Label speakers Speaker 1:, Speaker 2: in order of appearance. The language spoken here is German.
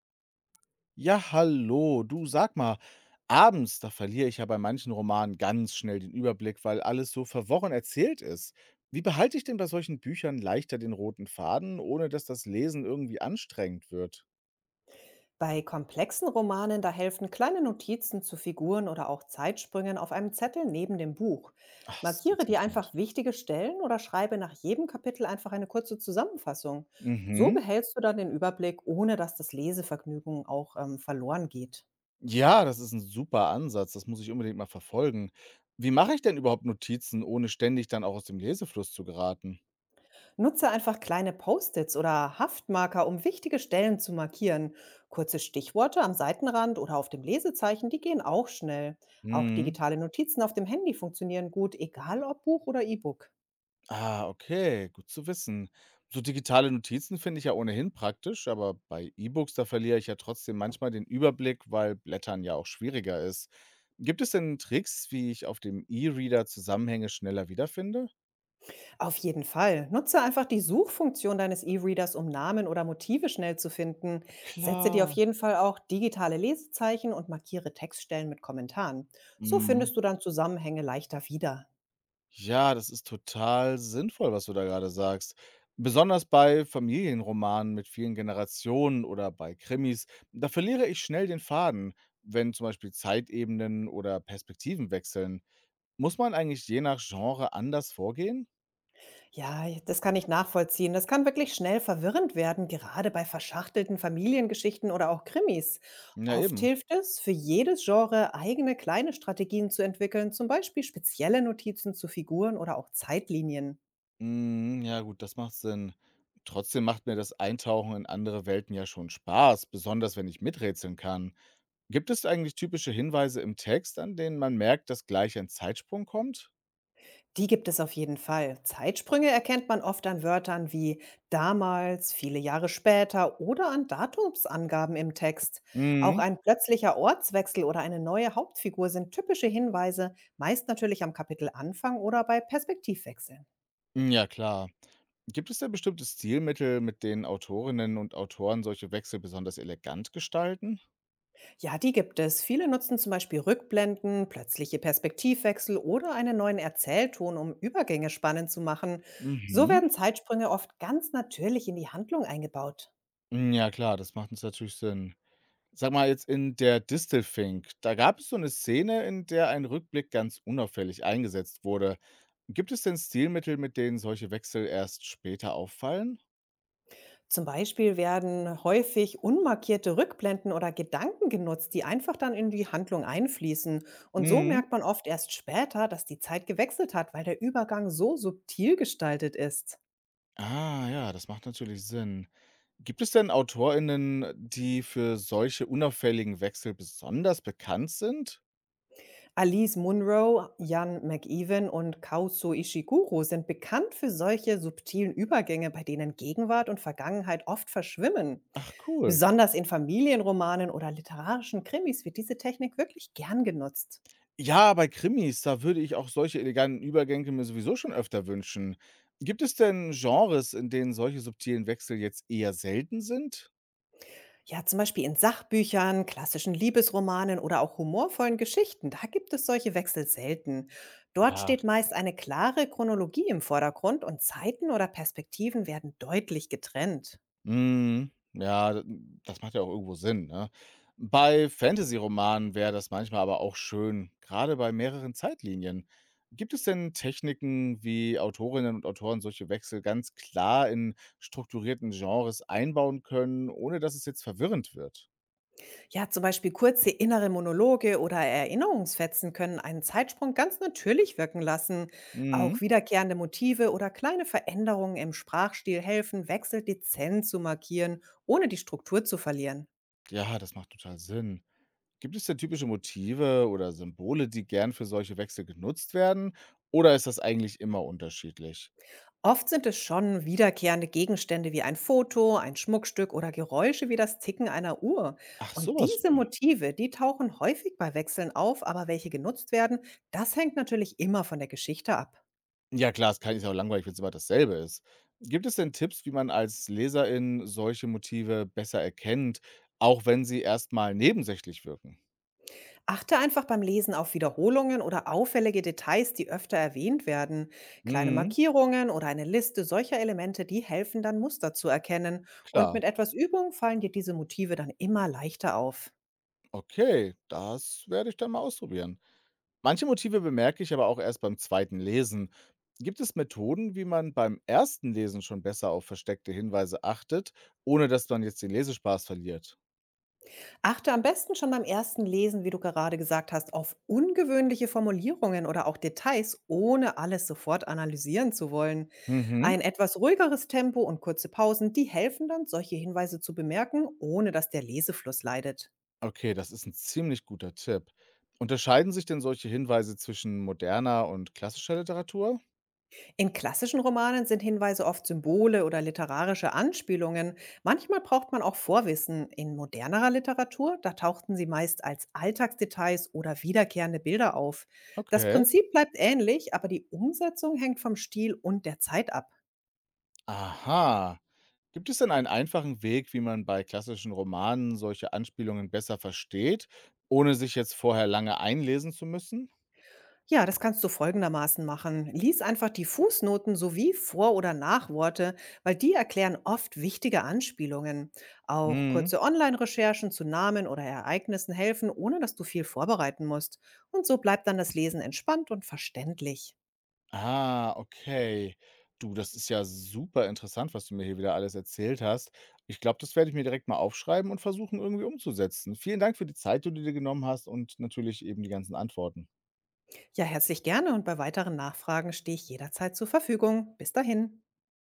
Speaker 1: Ja, hallo. Du sag mal, abends, da verliere ich ja bei manchen Romanen ganz schnell den Überblick, weil alles so verworren erzählt ist. Wie behalte ich denn bei solchen Büchern leichter den roten Faden, ohne dass das Lesen irgendwie anstrengend wird?
Speaker 2: Bei komplexen Romanen, da helfen kleine Notizen zu Figuren oder auch Zeitsprüngen auf einem Zettel neben dem Buch.
Speaker 1: Ach, ist
Speaker 2: Markiere dir einfach
Speaker 1: interessant.
Speaker 2: wichtige Stellen oder schreibe nach jedem Kapitel einfach eine kurze Zusammenfassung. So
Speaker 1: Mhm.
Speaker 2: behältst du dann den Überblick, ohne dass das Lesevergnügen auch verloren geht.
Speaker 1: Ja, das ist ein super Ansatz. Das muss ich unbedingt mal verfolgen. Wie mache ich denn überhaupt Notizen, ohne ständig dann auch aus dem Lesefluss zu geraten?
Speaker 2: Nutze einfach kleine Post-its oder Haftmarker, um wichtige Stellen zu markieren. Kurze Stichworte am Seitenrand oder auf dem Lesezeichen, die gehen auch schnell. Auch
Speaker 1: Mhm.
Speaker 2: digitale Notizen auf dem Handy funktionieren gut, egal ob Buch oder E-Book.
Speaker 1: Ah, okay, gut zu wissen. So digitale Notizen finde ich ja ohnehin praktisch, aber bei E-Books, da verliere ich ja trotzdem manchmal den Überblick, weil Blättern ja auch schwieriger ist. Gibt es denn Tricks, wie ich auf dem E-Reader Zusammenhänge schneller wiederfinde?
Speaker 2: Auf jeden Fall. Nutze einfach die Suchfunktion deines E-Readers, um Namen oder Motive schnell zu finden. Setze dir auf
Speaker 1: Klar.
Speaker 2: jeden Fall auch digitale Lesezeichen und markiere Textstellen mit Kommentaren. So
Speaker 1: Mhm.
Speaker 2: findest du dann Zusammenhänge leichter wieder.
Speaker 1: Ja, das ist total sinnvoll, was du da gerade sagst. Besonders bei Familienromanen mit vielen Generationen oder bei Krimis, da verliere ich schnell den Faden, wenn zum Beispiel Zeitebenen oder Perspektiven wechseln. Muss man eigentlich je nach Genre anders vorgehen?
Speaker 2: Ja, das kann ich nachvollziehen. Das kann wirklich schnell verwirrend werden, gerade bei verschachtelten Familiengeschichten oder auch Krimis.
Speaker 1: Ja,
Speaker 2: Oft
Speaker 1: eben.
Speaker 2: hilft es, für jedes Genre eigene kleine Strategien zu entwickeln, zum Beispiel spezielle Notizen zu Figuren oder auch Zeitlinien.
Speaker 1: Hm, ja gut, das macht Sinn. Trotzdem macht mir das Eintauchen in andere Welten ja schon Spaß, besonders wenn ich miträtseln kann. Gibt es eigentlich typische Hinweise im Text, an denen man merkt, dass gleich ein Zeitsprung kommt?
Speaker 2: Die gibt es auf jeden Fall. Zeitsprünge erkennt man oft an Wörtern wie damals, viele Jahre später oder an Datumsangaben im Text. Auch
Speaker 1: Mhm.
Speaker 2: ein plötzlicher Ortswechsel oder eine neue Hauptfigur sind typische Hinweise, meist natürlich am Kapitelanfang oder bei Perspektivwechseln.
Speaker 1: Ja, klar. Gibt es da bestimmte Stilmittel, mit denen Autorinnen und Autoren solche Wechsel besonders elegant gestalten?
Speaker 2: Ja, die gibt es. Viele nutzen zum Beispiel Rückblenden, plötzliche Perspektivwechsel oder einen neuen Erzählton, um Übergänge spannend zu machen. So
Speaker 1: Mhm.
Speaker 2: werden Zeitsprünge oft ganz natürlich in die Handlung eingebaut.
Speaker 1: Ja, klar, das macht uns natürlich Sinn. Sag mal jetzt in der Distelfink, da gab es so 'ne Szene, in der ein Rückblick ganz unauffällig eingesetzt wurde. Gibt es denn Stilmittel, mit denen solche Wechsel erst später auffallen?
Speaker 2: Zum Beispiel werden häufig unmarkierte Rückblenden oder Gedanken genutzt, die einfach dann in die Handlung einfließen. Und so
Speaker 1: Mhm.
Speaker 2: merkt man oft erst später, dass die Zeit gewechselt hat, weil der Übergang so subtil gestaltet ist.
Speaker 1: Ah ja, das macht natürlich Sinn. Gibt es denn AutorInnen, die für solche unauffälligen Wechsel besonders bekannt sind?
Speaker 2: Alice Munro, Jan McEwen und Kaozu Ishiguro sind bekannt für solche subtilen Übergänge, bei denen Gegenwart und Vergangenheit oft verschwimmen.
Speaker 1: Ach cool.
Speaker 2: Besonders in Familienromanen oder literarischen Krimis wird diese Technik wirklich gern genutzt.
Speaker 1: Ja, bei Krimis, da würde ich auch solche eleganten Übergänge mir sowieso schon öfter wünschen. Gibt es denn Genres, in denen solche subtilen Wechsel jetzt eher selten sind?
Speaker 2: Ja, zum Beispiel in Sachbüchern, klassischen Liebesromanen oder auch humorvollen Geschichten, da gibt es solche Wechsel selten. Dort
Speaker 1: Ja.
Speaker 2: steht meist eine klare Chronologie im Vordergrund und Zeiten oder Perspektiven werden deutlich getrennt.
Speaker 1: Mhm. Ja, das macht ja auch irgendwo Sinn, ne? Bei Romanen wäre das manchmal aber auch schön, gerade bei mehreren Zeitlinien. Gibt es denn Techniken, wie Autorinnen und Autoren solche Wechsel ganz klar in strukturierten Genres einbauen können, ohne dass es jetzt verwirrend wird?
Speaker 2: Ja, zum Beispiel kurze innere Monologe oder Erinnerungsfetzen können einen Zeitsprung ganz natürlich wirken lassen.
Speaker 1: Mhm.
Speaker 2: Auch wiederkehrende Motive oder kleine Veränderungen im Sprachstil helfen, Wechsel dezent zu markieren, ohne die Struktur zu verlieren.
Speaker 1: Ja, das macht total Sinn. Gibt es denn typische Motive oder Symbole, die gern für solche Wechsel genutzt werden, oder ist das eigentlich immer unterschiedlich?
Speaker 2: Oft sind es schon wiederkehrende Gegenstände wie ein Foto, ein Schmuckstück oder Geräusche wie das Ticken einer Uhr.
Speaker 1: Ach, so
Speaker 2: Und
Speaker 1: was.
Speaker 2: diese Motive, die tauchen häufig bei Wechseln auf, aber welche genutzt werden, das hängt natürlich immer von der Geschichte ab.
Speaker 1: Ja klar, es kann ist ja auch langweilig, wenn es immer dasselbe ist. Gibt es denn Tipps, wie man als Leserin solche Motive besser erkennt, auch wenn sie erstmal nebensächlich wirken?
Speaker 2: Achte einfach beim Lesen auf Wiederholungen oder auffällige Details, die öfter erwähnt werden. Kleine
Speaker 1: Mhm,
Speaker 2: Markierungen oder eine Liste solcher Elemente, die helfen dann Muster zu erkennen. Und
Speaker 1: klar.
Speaker 2: mit etwas Übung fallen dir diese Motive dann immer leichter auf.
Speaker 1: Okay, das werde ich dann mal ausprobieren. Manche Motive bemerke ich aber auch erst beim zweiten Lesen. Gibt es Methoden, wie man beim ersten Lesen schon besser auf versteckte Hinweise achtet, ohne dass man jetzt den Lesespaß verliert?
Speaker 2: Achte am besten schon beim ersten Lesen, wie du gerade gesagt hast, auf ungewöhnliche Formulierungen oder auch Details, ohne alles sofort analysieren zu wollen.
Speaker 1: Mhm.
Speaker 2: Ein etwas ruhigeres Tempo und kurze Pausen, die helfen dann, solche Hinweise zu bemerken, ohne dass der Lesefluss leidet.
Speaker 1: Okay, das ist ein ziemlich guter Tipp. Unterscheiden sich denn solche Hinweise zwischen moderner und klassischer Literatur?
Speaker 2: In klassischen Romanen sind Hinweise oft Symbole oder literarische Anspielungen. Manchmal braucht man auch Vorwissen. In modernerer Literatur, da tauchten sie meist als Alltagsdetails oder wiederkehrende Bilder auf. Das
Speaker 1: Okay.
Speaker 2: Prinzip bleibt ähnlich, aber die Umsetzung hängt vom Stil und der Zeit ab.
Speaker 1: Aha. Gibt es denn einen einfachen Weg, wie man bei klassischen Romanen solche Anspielungen besser versteht, ohne sich jetzt vorher lange einlesen zu müssen?
Speaker 2: Ja, das kannst du folgendermaßen machen. Lies einfach die Fußnoten sowie Vor- oder Nachworte, weil die erklären oft wichtige Anspielungen. Auch
Speaker 1: Mhm.
Speaker 2: kurze Online-Recherchen zu Namen oder Ereignissen helfen, ohne dass du viel vorbereiten musst. Und so bleibt dann das Lesen entspannt und verständlich.
Speaker 1: Ah, okay. Du, das ist ja super interessant, was du mir hier wieder alles erzählt hast. Ich glaube, das werde ich mir direkt mal aufschreiben und versuchen, irgendwie umzusetzen. Vielen Dank für die Zeit, die du dir genommen hast und natürlich eben die ganzen Antworten.
Speaker 2: Ja, herzlich gerne und bei weiteren Nachfragen stehe ich jederzeit zur Verfügung. Bis dahin.